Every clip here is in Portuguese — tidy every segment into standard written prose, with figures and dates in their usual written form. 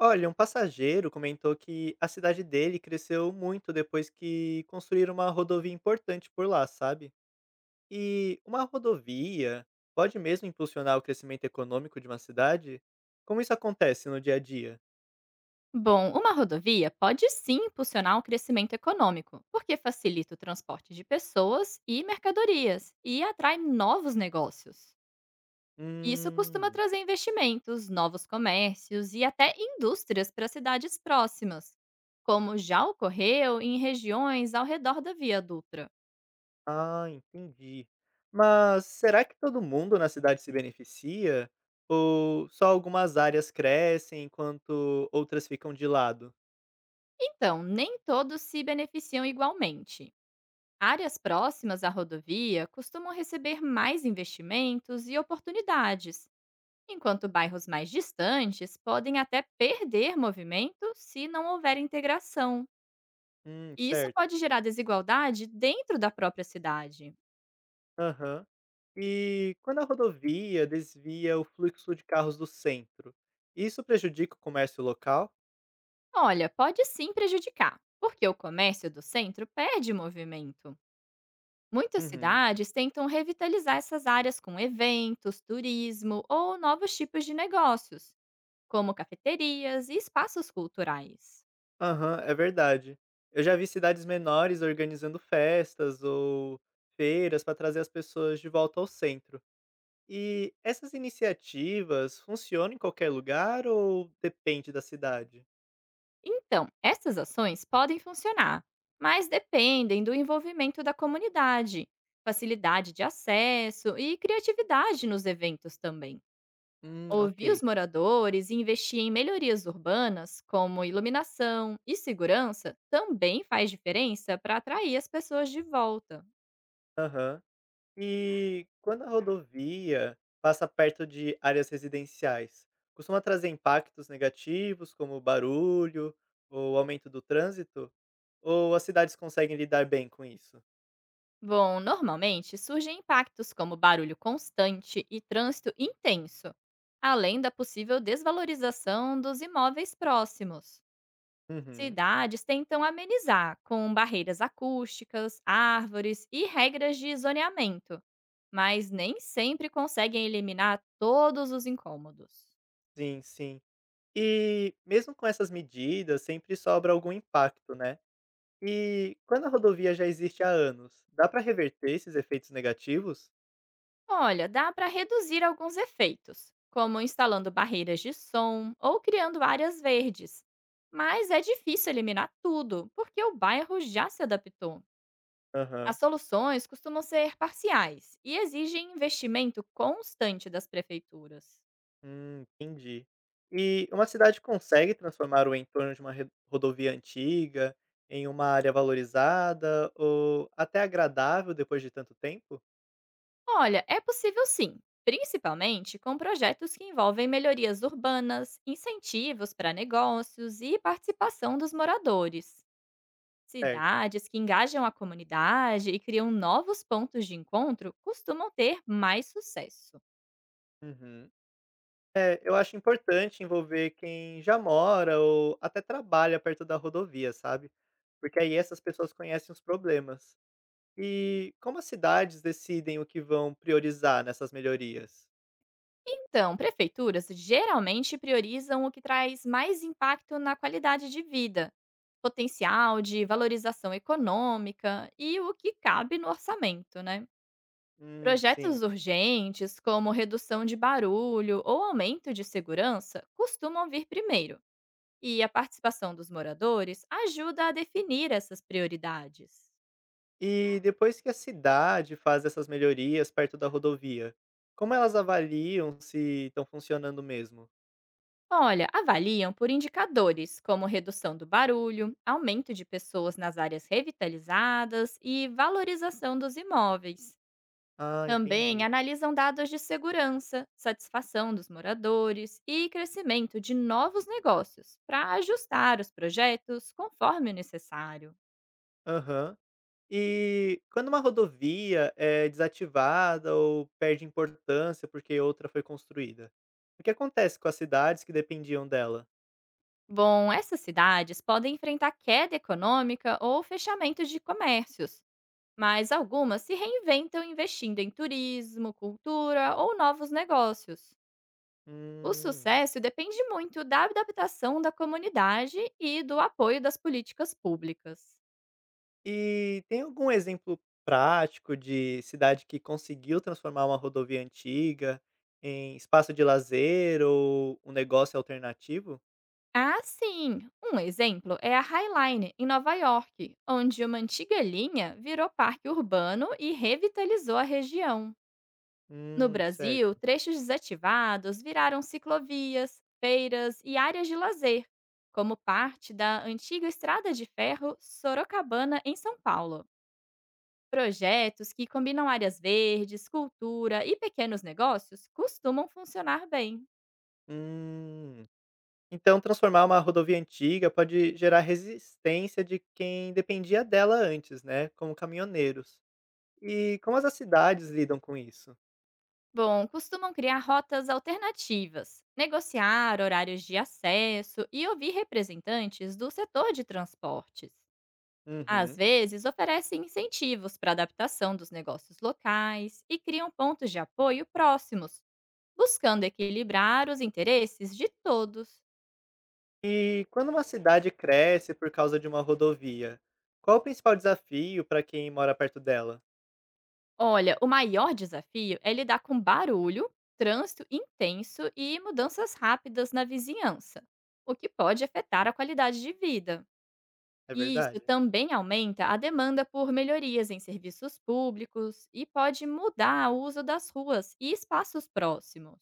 Olha, um passageiro comentou que a cidade dele cresceu muito depois que construíram uma rodovia importante por lá, sabe? E uma rodovia pode mesmo impulsionar o crescimento econômico de uma cidade? Como isso acontece no dia a dia? Bom, uma rodovia pode sim impulsionar o crescimento econômico, porque facilita o transporte de pessoas e mercadorias e atrai novos negócios. Isso costuma Hum. trazer investimentos, novos comércios e até indústrias para cidades próximas, como já ocorreu em regiões ao redor da Via Dutra. Ah, entendi. Mas será que todo mundo na cidade se beneficia? Ou só algumas áreas crescem enquanto outras ficam de lado? Então, nem todos se beneficiam igualmente. Áreas próximas à rodovia costumam receber mais investimentos e oportunidades enquanto bairros mais distantes podem até perder movimento se não houver integração. E isso Certo. pode gerar desigualdade dentro da própria cidade. Aham. E quando a rodovia desvia o fluxo de carros do centro, isso prejudica o comércio local? Olha, pode sim prejudicar, porque o comércio do centro perde movimento. Muitas Uhum. cidades tentam revitalizar essas áreas com eventos, turismo ou novos tipos de negócios, como cafeterias e espaços culturais. Aham, é verdade. Eu já vi cidades menores organizando festas ou feiras para trazer as pessoas de volta ao centro. E essas iniciativas funcionam em qualquer lugar ou depende da cidade? Então, essas ações podem funcionar, mas dependem do envolvimento da comunidade, facilidade de acesso e criatividade nos eventos também. Ok. Ouvir os moradores e investir em melhorias urbanas, como iluminação e segurança, também faz diferença para atrair as pessoas de volta. Aham. E quando a rodovia passa perto de áreas residenciais, costuma trazer impactos negativos, como barulho ou aumento do trânsito? Ou as cidades conseguem lidar bem com isso? Bom, normalmente surgem impactos como barulho constante e trânsito intenso, além da possível desvalorização dos imóveis próximos. Uhum. Cidades tentam amenizar com barreiras acústicas, árvores e regras de zoneamento, mas nem sempre conseguem eliminar todos os incômodos. Sim, sim. E mesmo com essas medidas, sempre sobra algum impacto, né? E quando a rodovia já existe há anos, dá para reverter esses efeitos negativos? Olha, dá para reduzir alguns efeitos, como instalando barreiras de som ou criando áreas verdes. Mas é difícil eliminar tudo, porque o bairro já se adaptou. As Aham. soluções costumam ser parciais e exigem investimento constante das prefeituras. Entendi. E uma cidade consegue transformar o entorno de uma rodovia antiga em uma área valorizada ou até agradável depois de tanto tempo? Olha, é possível sim, principalmente com projetos que envolvem melhorias urbanas, incentivos para negócios e participação dos moradores. Certo. Cidades que engajam a comunidade e criam novos pontos de encontro costumam ter mais sucesso. Uhum. É, eu acho importante envolver quem já mora ou até trabalha perto da rodovia, sabe? Porque aí essas pessoas conhecem os problemas. E como as cidades decidem o que vão priorizar nessas melhorias? Então, prefeituras geralmente priorizam o que traz mais impacto na qualidade de vida, potencial de valorização econômica e o que cabe no orçamento, né? Projetos Sim. urgentes, como redução de barulho ou aumento de segurança, costumam vir primeiro, e a participação dos moradores ajuda a definir essas prioridades. E depois que a cidade faz essas melhorias perto da rodovia, como elas avaliam se estão funcionando mesmo? Olha, avaliam por indicadores como redução do barulho, aumento de pessoas nas áreas revitalizadas e valorização dos imóveis. Ah, Também entendi. analisam dados de segurança, satisfação dos moradores e crescimento de novos negócios para ajustar os projetos conforme o necessário. Aham. E quando uma rodovia é desativada ou perde importância porque outra foi construída, o que acontece com as cidades que dependiam dela? Bom, essas cidades podem enfrentar queda econômica ou fechamento de comércios, mas algumas se reinventam investindo em turismo, cultura ou novos negócios. O Hum. sucesso depende muito da adaptação da comunidade e do apoio das políticas públicas. E tem algum exemplo prático de cidade que conseguiu transformar uma rodovia antiga em espaço de lazer ou um negócio alternativo? Ah, sim! Um exemplo é a Highline, em Nova York, onde uma antiga linha virou parque urbano e revitalizou a região. No Brasil, Certo. trechos desativados viraram ciclovias, feiras e áreas de lazer, como parte da antiga Estrada de Ferro Sorocabana, em São Paulo. Projetos que combinam áreas verdes, cultura e pequenos negócios costumam funcionar bem. Hum. Então, transformar uma rodovia antiga pode gerar resistência de quem dependia dela antes, né? Como caminhoneiros. E como as cidades lidam com isso? Bom, costumam criar rotas alternativas, negociar horários de acesso e ouvir representantes do setor de transportes. Às Uhum. vezes, oferecem incentivos para adaptação dos negócios locais e criam pontos de apoio próximos, buscando equilibrar os interesses de todos. E quando uma cidade cresce por causa de uma rodovia, qual o principal desafio para quem mora perto dela? Olha, o maior desafio é lidar com barulho, trânsito intenso e mudanças rápidas na vizinhança, o que pode afetar a qualidade de vida. É E isso verdade? também aumenta a demanda por melhorias em serviços públicos e pode mudar o uso das ruas e espaços próximos.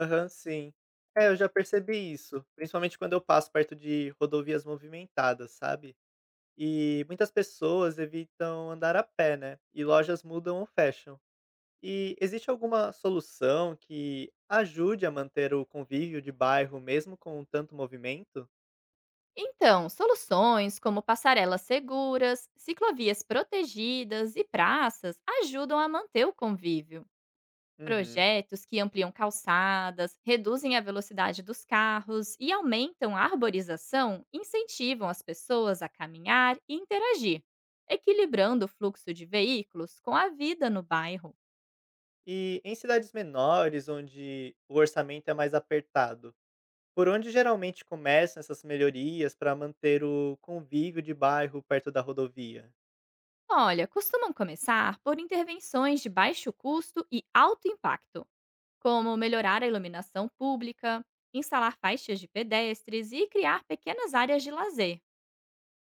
Aham, sim. É, eu já percebi isso, principalmente quando eu passo perto de rodovias movimentadas, sabe? E muitas pessoas evitam andar a pé, né? E lojas mudam ou fecham. E existe alguma solução que ajude a manter o convívio de bairro mesmo com tanto movimento? Então, soluções como passarelas seguras, ciclovias protegidas e praças ajudam a manter o convívio. Uhum. Projetos que ampliam calçadas, reduzem a velocidade dos carros e aumentam a arborização incentivam as pessoas a caminhar e interagir, equilibrando o fluxo de veículos com a vida no bairro. E em cidades menores, onde o orçamento é mais apertado, por onde geralmente começam essas melhorias para manter o convívio de bairro perto da rodovia? Olha, costumam começar por intervenções de baixo custo e alto impacto, como melhorar a iluminação pública, instalar faixas de pedestres e criar pequenas áreas de lazer.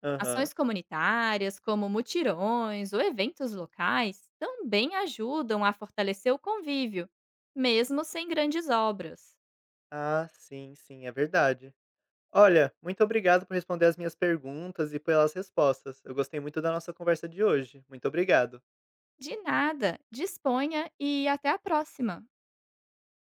Aham. Ações comunitárias, como mutirões ou eventos locais, também ajudam a fortalecer o convívio, mesmo sem grandes obras. Ah, sim, sim, é verdade. Olha, muito obrigado por responder as minhas perguntas e pelas respostas. Eu gostei muito da nossa conversa de hoje. Muito obrigado. De nada, disponha e até a próxima!